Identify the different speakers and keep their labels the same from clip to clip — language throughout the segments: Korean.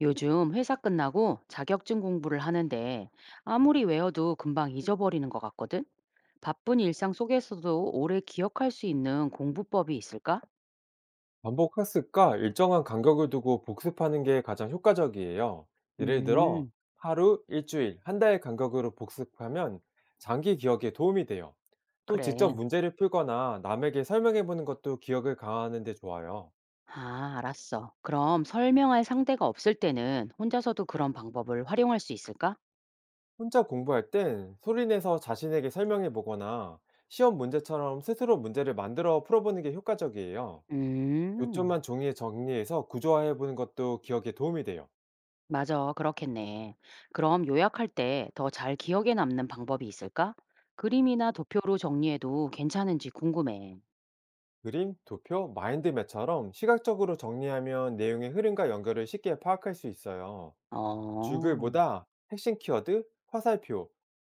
Speaker 1: 요즘 회사 끝나고 자격증 공부를 하는데 아무리 외워도 금방 잊어버리는 것 같거든? 바쁜 일상 속에서도 오래 기억할 수 있는 공부법이 있을까?
Speaker 2: 반복 학습과 일정한 간격을 두고 복습하는 게 가장 효과적이에요. 예를 들어,
Speaker 1: 음,
Speaker 2: 하루, 일주일, 한 달 간격으로 복습하면 장기 기억에 도움이 돼요. 또 직접
Speaker 1: 그래.
Speaker 2: 문제를 풀거나 남에게 설명해 보는 것도 기억을 강화하는 데 좋아요.
Speaker 1: 아, 알았어. 그럼 설명할 상대가 없을 때는 혼자서도 그런 방법을 활용할 수 있을까?
Speaker 2: 혼자 공부할 땐 소리 내서 자신에게 설명해 보거나 시험 문제처럼 스스로 문제를 만들어 풀어보는 게 효과적이에요.
Speaker 1: 음,
Speaker 2: 요점만 종이에 정리해서 구조화해 보는 것도 기억에 도움이 돼요.
Speaker 1: 맞아. 그렇겠네. 그럼 요약할 때 더 잘 기억에 남는 방법이 있을까? 그림이나 도표로 정리해도 괜찮은지 궁금해.
Speaker 2: 그림, 도표, 마인드맵처럼 시각적으로 정리하면 내용의 흐름과 연결을 쉽게 파악할 수 있어요.
Speaker 1: 어.
Speaker 2: 줄글보다 핵심 키워드, 화살표,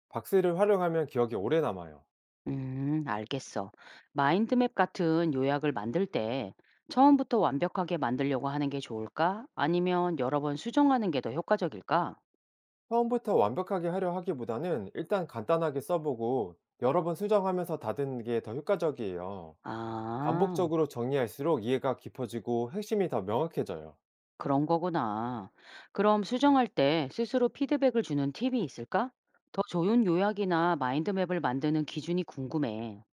Speaker 2: 박스를 활용하면 기억이 오래 남아요.
Speaker 1: 알겠어. 마인드맵 같은 요약을 만들 때 처음부터 완벽하게 만들려고 하는 게 좋을까? 아니면 여러 번 수정하는 게 더 효과적일까?
Speaker 2: 처음부터 완벽하게 하려 하기보다는 일단 간단하게 써보고 여러 번 수정하면서 다듬는 게 더 효과적이에요.
Speaker 1: 아,
Speaker 2: 반복적으로 정리할수록 이해가 깊어지고 핵심이 더 명확해져요.
Speaker 1: 그런 거구나. 그럼 수정할 때 스스로 피드백을 주는 팁이 있을까? 더 좋은 요약이나 마인드맵을 만드는 기준이 궁금해.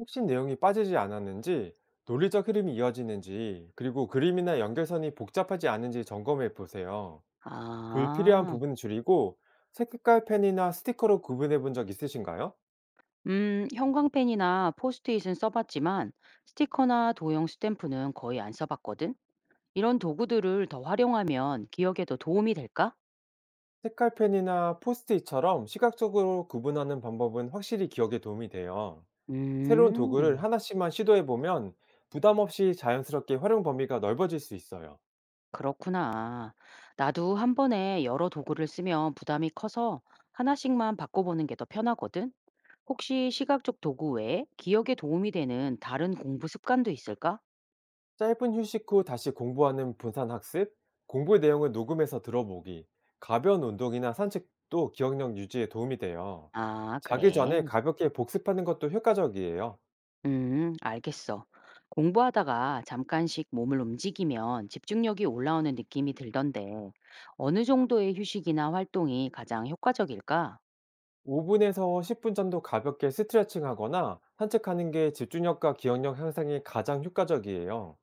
Speaker 2: 핵심 내용이 빠지지 않았는지, 논리적 흐름이 이어지는지, 그리고 그림이나 연결선이 복잡하지 않은지 점검해 보세요. 불필요한
Speaker 1: 아,
Speaker 2: 부분은 줄이고 색깔펜이나 스티커로 구분해 본 적 있으신가요?
Speaker 1: 형광펜이나 포스트잇은 써봤지만 스티커나 도형 스탬프는 거의 안 써봤거든? 이런 도구들을 더 활용하면 기억에도 도움이 될까?
Speaker 2: 색깔펜이나 포스트잇처럼 시각적으로 구분하는 방법은 확실히 기억에 도움이 돼요. 새로운 도구를
Speaker 1: 음,
Speaker 2: 하나씩만 시도해 보면 부담 없이 자연스럽게 활용 범위가 넓어질 수 있어요.
Speaker 1: 그렇구나. 나도 한 번에 여러 도구를 쓰면 부담이 커서 하나씩만 바꿔보는 게 더 편하거든. 혹시 시각적 도구 외에 기억에 도움이 되는 다른 공부 습관도 있을까?
Speaker 2: 짧은 휴식 후 다시 공부하는 분산 학습, 공부 내용을 녹음해서 들어보기, 가벼운 운동이나 산책도 기억력 유지에 도움이 돼요.
Speaker 1: 아,
Speaker 2: 자기 전에
Speaker 1: 그래.
Speaker 2: 가볍게 복습하는 것도 효과적이에요.
Speaker 1: 알겠어. 공부하다가 잠깐씩 몸을 움직이면 집중력이 올라오는 느낌이 들던데, 어느 정도의 휴식이나 활동이 가장 효과적일까?
Speaker 2: 5분에서 10분 정도 가볍게 스트레칭 하거나 산책하는 게 집중력과 기억력 향상에 가장 효과적이에요.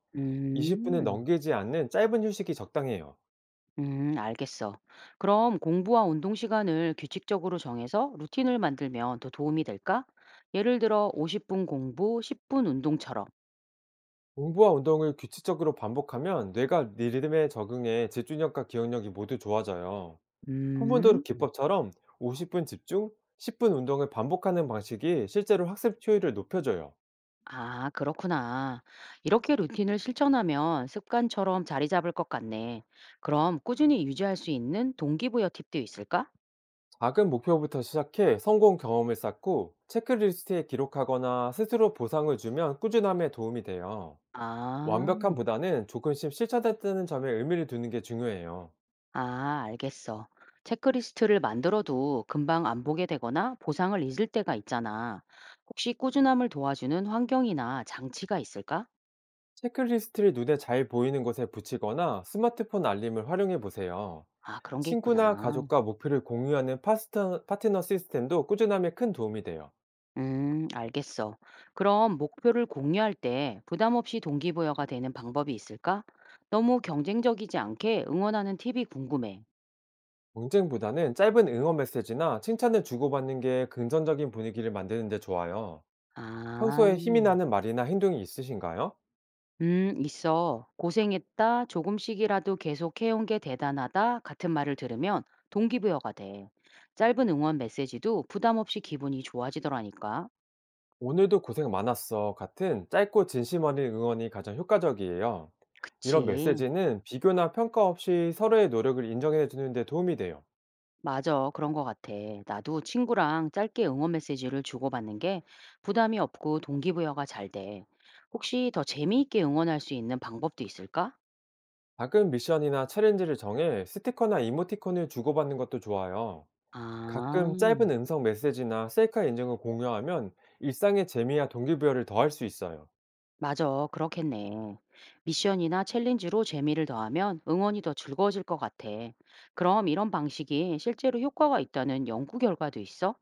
Speaker 2: 20분을
Speaker 1: 음.
Speaker 2: 넘기지 않는 짧은 휴식이 적당해요.
Speaker 1: 알겠어. 그럼 공부와 운동 시간을 규칙적으로 정해서 루틴을 만들면 더 도움이 될까? 예를 들어 50분 공부, 10분 운동처럼.
Speaker 2: 공부와 운동을 규칙적으로 반복하면 뇌가 네 리듬에 적응해 집중력과 기억력이 모두 좋아져요.
Speaker 1: 음,
Speaker 2: 포모도로 기법처럼 50분 집중, 10분 운동을 반복하는 방식이 실제로 학습 효율을 높여줘요.
Speaker 1: 아, 그렇구나. 이렇게 루틴을 실천하면 습관처럼 자리 잡을 것 같네. 그럼 꾸준히 유지할 수 있는 동기부여 팁도 있을까?
Speaker 2: 작은 목표부터 시작해 성공 경험을 쌓고 체크리스트에 기록하거나 스스로 보상을 주면 꾸준함에 도움이 돼요.
Speaker 1: 아.
Speaker 2: 완벽함보다는 조금씩 실천했다는 점에 의미를 두는 게 중요해요.
Speaker 1: 아, 알겠어. 체크리스트를 만들어도 금방 안 보게 되거나 보상을 잊을 때가 있잖아. 혹시 꾸준함을 도와주는 환경이나 장치가 있을까?
Speaker 2: 체크리스트를 눈에 잘 보이는 곳에 붙이거나 스마트폰 알림을 활용해 보세요.
Speaker 1: 아, 그런 게
Speaker 2: 친구나
Speaker 1: 있구나.
Speaker 2: 가족과 목표를 공유하는 파스터, 파트너 시스템도 꾸준함에 큰 도움이 돼요.
Speaker 1: 알겠어. 그럼 목표를 공유할 때 부담 없이 동기부여가 되는 방법이 있을까? 너무 경쟁적이지 않게 응원하는 팁이 궁금해.
Speaker 2: 경쟁보다는 짧은 응원 메시지나 칭찬을 주고받는 게 긍정적인 분위기를 만드는 데 좋아요.
Speaker 1: 아.
Speaker 2: 평소에 힘이 나는 말이나 행동이 있으신가요?
Speaker 1: 있어. 고생했다, 조금씩이라도 계속 해온 게 대단하다 같은 말을 들으면 동기부여가 돼. 짧은 응원 메시지도 부담 없이 기분이 좋아지더라니까.
Speaker 2: 오늘도 고생 많았어. 같은 짧고 진심 어린 응원이 가장 효과적이에요. 이런
Speaker 1: 그치.
Speaker 2: 메시지는 비교나 평가 없이 서로의 노력을 인정해 주는 데 도움이 돼요.
Speaker 1: 맞아. 그런 거 같아. 나도 친구랑 짧게 응원 메시지를 주고받는 게 부담이 없고 동기부여가 잘 돼. 혹시 더 재미있게 응원할 수 있는 방법도 있을까?
Speaker 2: 작은 미션이나 챌린지를 정해 스티커나 이모티콘을 주고받는 것도 좋아요.
Speaker 1: 아.
Speaker 2: 가끔 짧은 음성 메시지나 셀카 인증을 공유하면 일상의 재미와 동기부여를 더할 수 있어요.
Speaker 1: 맞아, 그렇겠네. 미션이나 챌린지로 재미를 더하면 응원이 더 즐거워질 것 같아. 그럼 이런 방식이 실제로 효과가 있다는 연구 결과도 있어?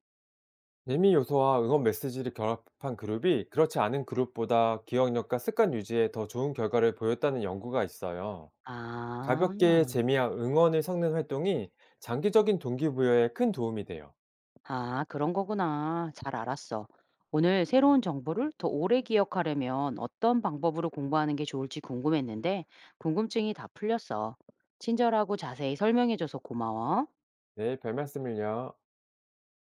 Speaker 2: 재미 요소와 응원 메시지를 결합한 그룹이 그렇지 않은 그룹보다 기억력과 습관 유지에 더 좋은 결과를 보였다는 연구가 있어요.
Speaker 1: 아,
Speaker 2: 가볍게 재미와 응원을 섞는 활동이 장기적인 동기부여에 큰 도움이 돼요.
Speaker 1: 아, 그런 거구나. 잘 알았어. 오늘 새로운 정보를 더 오래 기억하려면 어떤 방법으로 공부하는 게 좋을지 궁금했는데, 궁금증이 다 풀렸어. 친절하고 자세히 설명해줘서 고마워.
Speaker 2: 네, 별 말씀을요.